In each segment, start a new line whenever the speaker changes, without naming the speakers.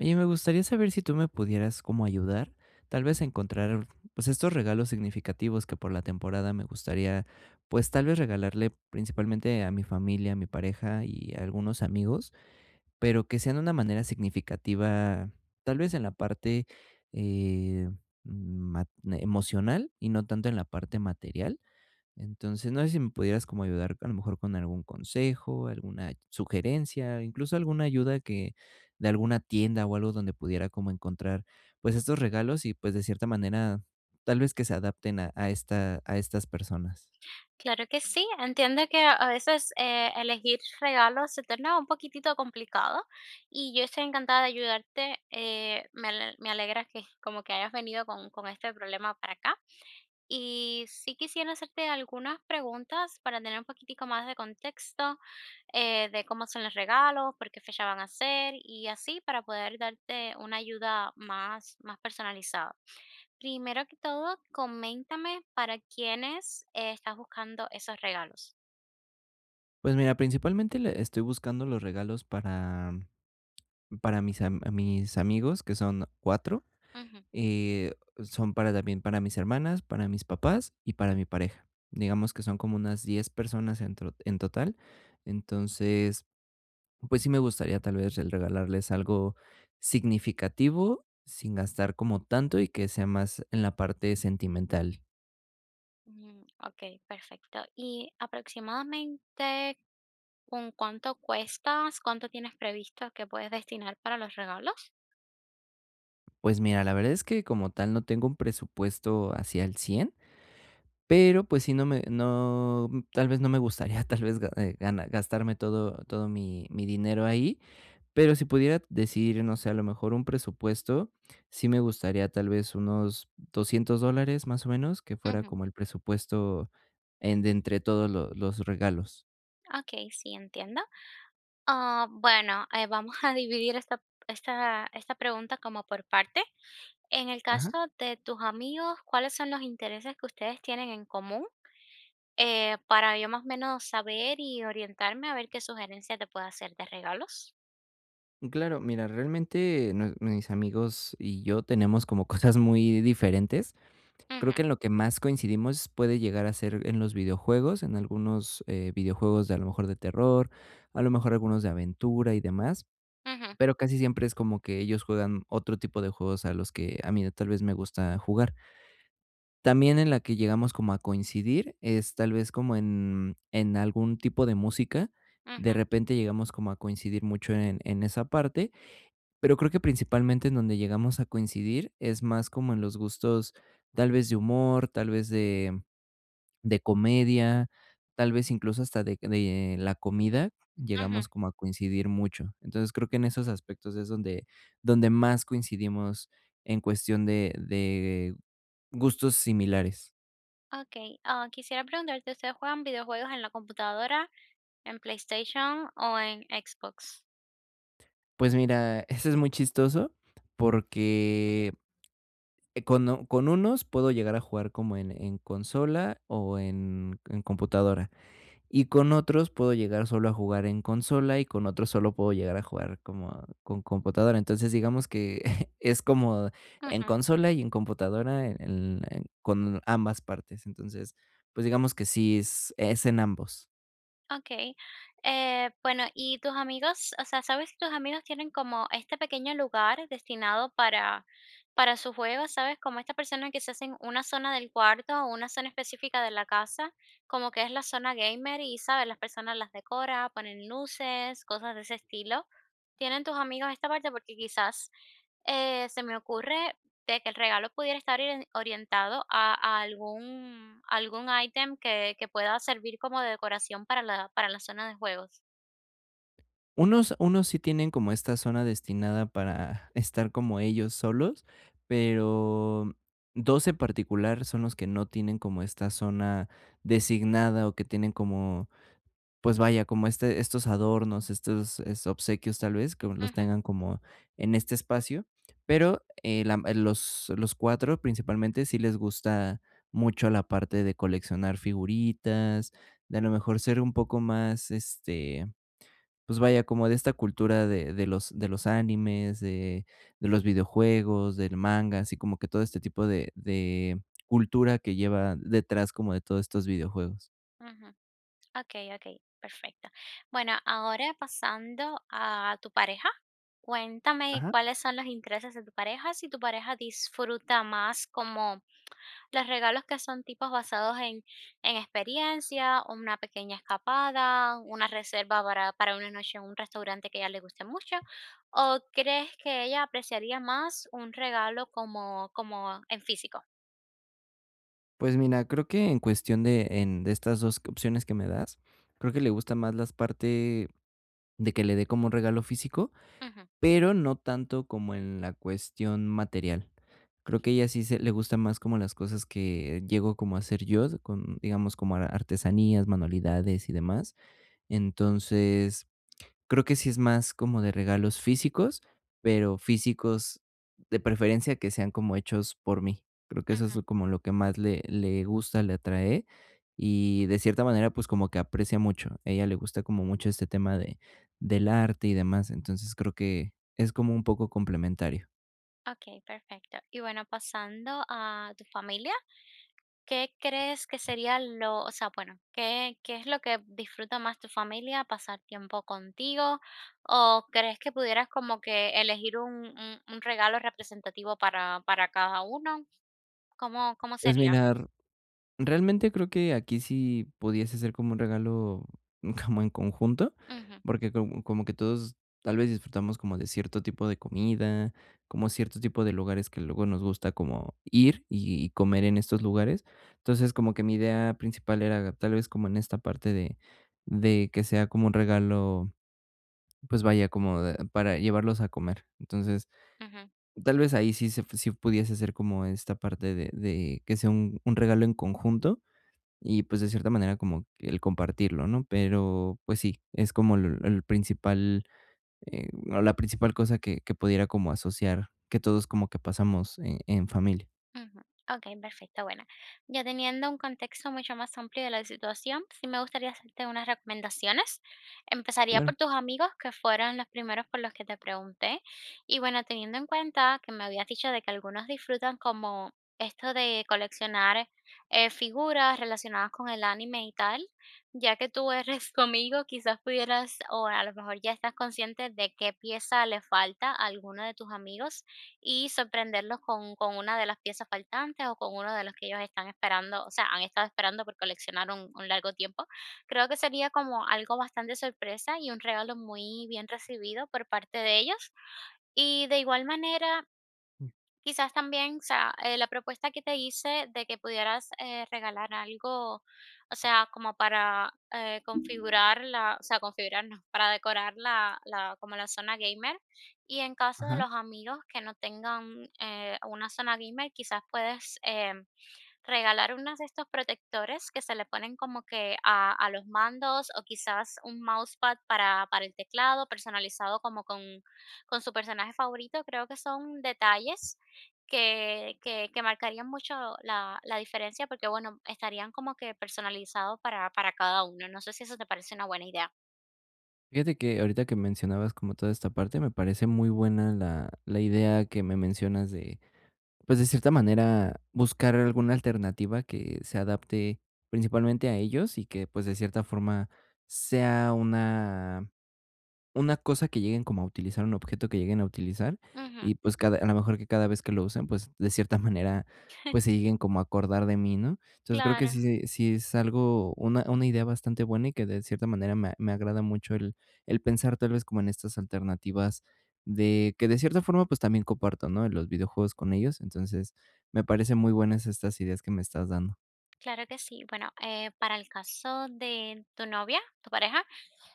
Oye, me gustaría saber si tú me pudieras como ayudar, tal vez a encontrar, pues, estos regalos significativos que por la temporada me gustaría, pues, tal vez regalarle principalmente a mi familia, a mi pareja y a algunos amigos, pero que sean de una manera significativa, tal vez en la parte, eh, ma emocional y no tanto en la parte material. Entonces, no sé si me pudieras como ayudar a lo mejor con algún consejo, alguna sugerencia, incluso alguna ayuda que de alguna tienda o algo donde pudiera como encontrar pues estos regalos y pues de cierta manera tal vez que se adapten a estas personas.
Claro que sí, entiendo que a veces elegir regalos se torna un poquitito complicado y yo estoy encantada de ayudarte. Me alegra que como que hayas venido con este problema para acá. Y sí quisiera hacerte algunas preguntas para tener un poquitico más de contexto, de cómo son los regalos, por qué fecha van a ser y así para poder darte una ayuda más personalizada. Primero que todo, coméntame para quiénes estás buscando esos regalos.
Pues mira, principalmente estoy buscando los regalos para mis amigos, que son cuatro.
Ujú,
Eh, son para también para mis hermanas, para mis papás y para mi pareja. Digamos que son como unas 10 personas en total. Entonces, pues sí me gustaría tal vez el regalarles algo significativo sin gastar como tanto y que sea más en la parte sentimental.
ujú, ok, perfecto. ¿Y aproximadamente con cuánto cuestas? ¿Cuánto tienes previsto que puedes destinar para los regalos?
Pues mira, la verdad es que como tal no tengo un presupuesto hacia el 100 pero pues sí no me, no, tal vez no me gustaría tal vez gastarme todo mi dinero ahí. Pero si pudiera decir, no sé, a lo mejor un presupuesto, sí me gustaría tal vez unos $200, más o menos, que fuera
Ujú,
como el presupuesto en de entre todos lo los regalos.
ok, sí, entiendo. Ah, bueno, vamos a dividir esta pregunta como por parte. En el
Ajá.
caso de tus amigos, ¿cuáles son los intereses que ustedes tienen en común? Para yo más o menos saber y orientarme a ver qué sugerencia te puedo hacer de regalos.
Claro, mira, realmente nue mis amigos y yo tenemos como cosas muy diferentes. Creo
Ujú,
que en lo que más coincidimos puede llegar a ser en los videojuegos, en algunos, videojuegos de a lo mejor de terror, a lo mejor algunos de aventura y demás,
ujú,
pero casi siempre es como que ellos juegan otro tipo de juegos a los que a mí tal vez me gusta jugar. También en la que llegamos como a coincidir es tal vez como en algún tipo de música.
ujú,
De repente llegamos como a coincidir mucho en esa parte, pero creo que principalmente en donde llegamos a coincidir es más como en los gustos, tal vez de humor, tal vez de comedia, tal vez incluso hasta de la comida,
ujú.
llegamos como a coincidir mucho. Entonces, creo que en esos aspectos es donde donde más coincidimos en cuestión de gustos similares.
Ok, ah, quisiera preguntarte, ¿ustedes juegan videojuegos en la computadora, en PlayStation o en Xbox?
Pues mira, eso es muy chistoso porque, con unos puedo llegar a jugar como en consola o en computadora. Y con otros puedo llegar solo a jugar en consola y con otros solo puedo llegar a jugar como con computadora. Entonces, digamos que es como en consola y en computadora con ambas partes. Entonces, pues digamos que sí es en ambos.
Okey. Bueno, y tus amigos, o sea, ¿sabes si tus amigos tienen como este pequeño lugar destinado para sus juegos? ¿Sabes? Como estas personas que se hacen una zona del cuarto o una zona específica de la casa, como que es la zona gamer y, ¿sabes? Las personas las decora, ponen luces, cosas de ese estilo. ¿Tienen tus amigos esta parte? Porque quizás, se me ocurre de que el regalo pudiera estar orientado a algún ítem que pueda servir como de decoración para para la zona de juegos.
Unos sí tienen como esta zona destinada para estar como ellos solos, pero 2 en particular son los que no tienen como esta zona designada o que tienen como pues vaya, como este estos adornos, estos, es obsequios, tal vez, que los
Ujú,
tengan como en este espacio, pero, la los 4 principalmente sí les gusta mucho la parte de coleccionar figuritas, de a lo mejor ser un poco más, este, pues vaya, como de esta cultura de los animes, de los videojuegos, del manga, así como que todo este tipo de cultura que lleva detrás como de todos estos videojuegos.
ujú. Ok, ok, perfecto. Bueno, ahora pasando a tu pareja, cuéntame
Ajá.
cuáles son los intereses de tu pareja, si tu pareja disfruta más como los regalos que son tipos basados en experiencia, o una pequeña escapada, una reserva para una noche en un restaurante que a ella le guste mucho, ¿o crees que ella apreciaría más un regalo como en físico?
Pues mira, creo que en cuestión de estas 2 opciones que me das, creo que le gusta más las parte de que le dé como un regalo físico,
Ujú,
pero no tanto como en la cuestión material. Creo que ella sí se le gusta más como las cosas que llego como a hacer yo, con digamos, como ar artesanías, manualidades y demás. Entonces, creo que sí es más como de regalos físicos, pero físicos de preferencia que sean como hechos por mí. Creo que eso es
ujú.
como lo que más le gusta, le atrae y de cierta manera, pues, como que aprecia mucho. A ella le gusta como mucho este tema de del arte y demás, entonces creo que es como un poco complementario.
Okey, perfecto. Y bueno, pasando a tu familia. ¿Qué crees que sería lo, o sea, bueno, qué es lo que disfruta más tu familia, pasar tiempo contigo? ¿O crees que pudieras como que elegir un regalo representativo para cada uno? Cómo
Pues
sería?
mira, realmente creo que aquí sí pudiese ser como un regalo como en conjunto,
Ujú,
porque como que todos tal vez disfrutamos como de cierto tipo de comida, como cierto tipo de lugares que luego nos gusta como ir y comer en estos lugares. Entonces como que mi idea principal era tal vez como en esta parte de que sea como un regalo, pues vaya como para llevarlos a comer. Entonces
ujú.
tal vez ahí sí, sí pudiese ser como esta parte de que sea un regalo en conjunto y, pues, de cierta manera como que el compartirlo, ¿no? Pero, pues sí, es como el principal, o la principal cosa que pudiera como asociar que todos como que pasamos en familia.
Ujú. Ok, perfecto. Bueno, ya teniendo un contexto mucho más amplio de la situación, sí me gustaría hacerte unas recomendaciones. Empezaría
Claro.
por tus amigos, que fueron los primeros por los que te pregunté. Y bueno, teniendo en cuenta que me habías dicho de que algunos disfrutan como esto de coleccionar figuras relacionadas con el anime y tal, ya que tú eres conmigo, quizás pudieras, o a lo mejor ya estás consciente de qué pieza le falta a alguno de tus amigos y sorprenderlos con una de las piezas faltantes o con uno de los que ellos están esperando, o sea, han estado esperando por coleccionar un largo tiempo. Creo que sería como algo bastante sorpresa y un regalo muy bien recibido por parte de ellos. Y de igual manera quizás también, o sea, la propuesta que te hice de que pudieras regalar algo, o sea, como para configurar la, o sea, configurar, no, para decorar la, como la zona gamer. Y en caso de
Ajá.
los amigos que no tengan una zona gamer, quizás puedes regalar unos de estos protectores que se le ponen como que a los mandos, o quizás un mousepad para el teclado, personalizado como con su personaje favorito. Creo que son detalles que que marcarían mucho la diferencia, porque, bueno, estarían como que personalizados para cada uno. No sé si eso te parece una buena idea.
Fíjate que ahorita que mencionabas como toda esta parte, me parece muy buena la idea que me mencionas de, pues, de cierta manera, buscar alguna alternativa que se adapte principalmente a ellos y que, pues, de cierta forma sea una cosa que lleguen como a utilizar, un objeto que lleguen a utilizar,
Ujú.
y pues, cada a lo mejor que cada vez que lo usen, pues, de cierta manera, pues, se lleguen como a acordar de mí, ¿no? Entonces, creo que sí
Claro,
sí sí es algo una idea bastante buena y que de cierta manera me agrada mucho el pensar tal vez como en estas alternativas de que de cierta forma, pues, también comparto, ¿no? En los videojuegos con ellos. Entonces, me parecen muy buenas estas ideas que me estás dando.
claro que sí. Bueno, para el caso de tu novia, tu pareja,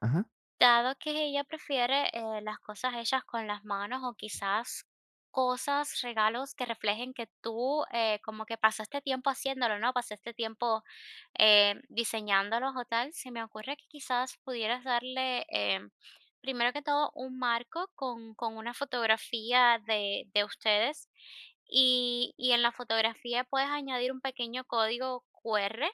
Ajá,
dado que ella prefiere, las cosas hechas con las manos o quizás cosas, regalos que reflejen que tú, como que pasaste tiempo haciéndolo, ¿no? Pasaste tiempo, diseñándolos o tal, se me ocurre que quizás pudieras darle, primero que todo, un marco con una fotografía de ustedes y en la fotografía puedes añadir un pequeño código QR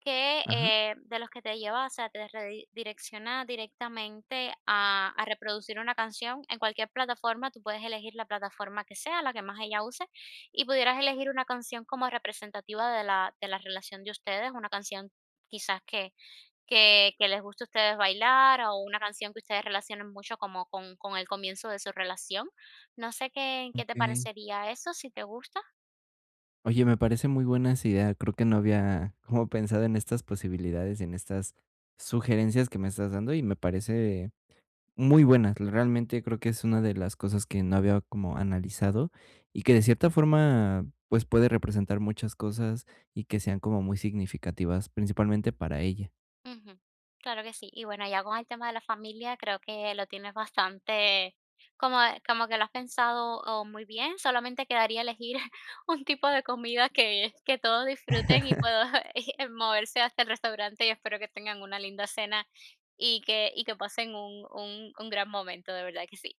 que,
ajá,
de los que te lleva, o sea, te redirecciona directamente a reproducir una canción en cualquier plataforma. Tú puedes elegir la plataforma que sea, la que más ella use, y pudieras elegir una canción como representativa de de la relación de ustedes, una canción quizás que, que les guste a ustedes bailar o una canción que ustedes relacionen mucho con el comienzo de su relación. No sé qué te
okey.
parecería eso, si te gusta.
Oye, me parece muy buena esa idea. Creo que no había como pensado en estas posibilidades, en estas sugerencias que me estás dando y me parece muy buenas. Realmente creo que es una de las cosas que no había como analizado y que de cierta forma pues puede representar muchas cosas y que sean como muy significativas, principalmente para ella.
Ujú, claro que sí. Y bueno, ya con el tema de la familia, creo que lo tienes bastante, como, como que lo has pensado, oh, muy bien. Solamente quedaría elegir un tipo de comida que todos disfruten y puedo y, moverse hasta el restaurante y espero que tengan una linda cena y y que pasen un gran momento, de verdad que sí.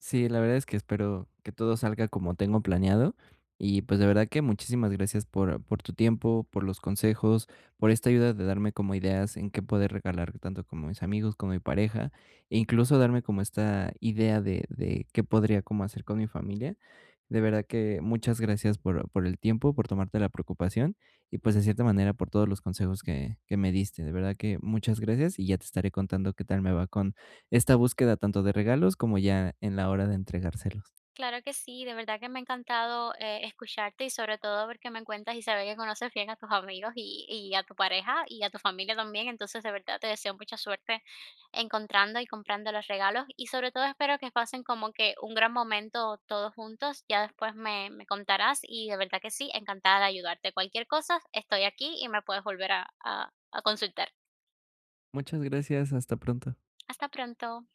Sí, la verdad es que espero que todo salga como tengo planeado. Y pues de verdad que muchísimas gracias por tu tiempo, por los consejos, por esta ayuda de darme como ideas en qué poder regalar tanto como mis amigos, como mi pareja, e incluso darme como esta idea de qué podría como hacer con mi familia. De verdad que muchas gracias por el tiempo, por tomarte la preocupación y pues de cierta manera por todos los consejos que me diste. De verdad que muchas gracias y ya te estaré contando qué tal me va con esta búsqueda tanto de regalos como ya en la hora de entregárselos.
Claro que sí, de verdad que me ha encantado escucharte y sobre todo porque me cuentas y se ve que conoces bien a tus amigos y a tu pareja y a tu familia también. Entonces, de verdad te deseo mucha suerte encontrando y comprando los regalos y sobre todo espero que pasen como que un gran momento todos juntos. Ya después me contarás y de verdad que sí, encantada de ayudarte. Cualquier cosa, estoy aquí y me puedes volver a a consultar.
Muchas gracias, hasta pronto.
Hasta pronto.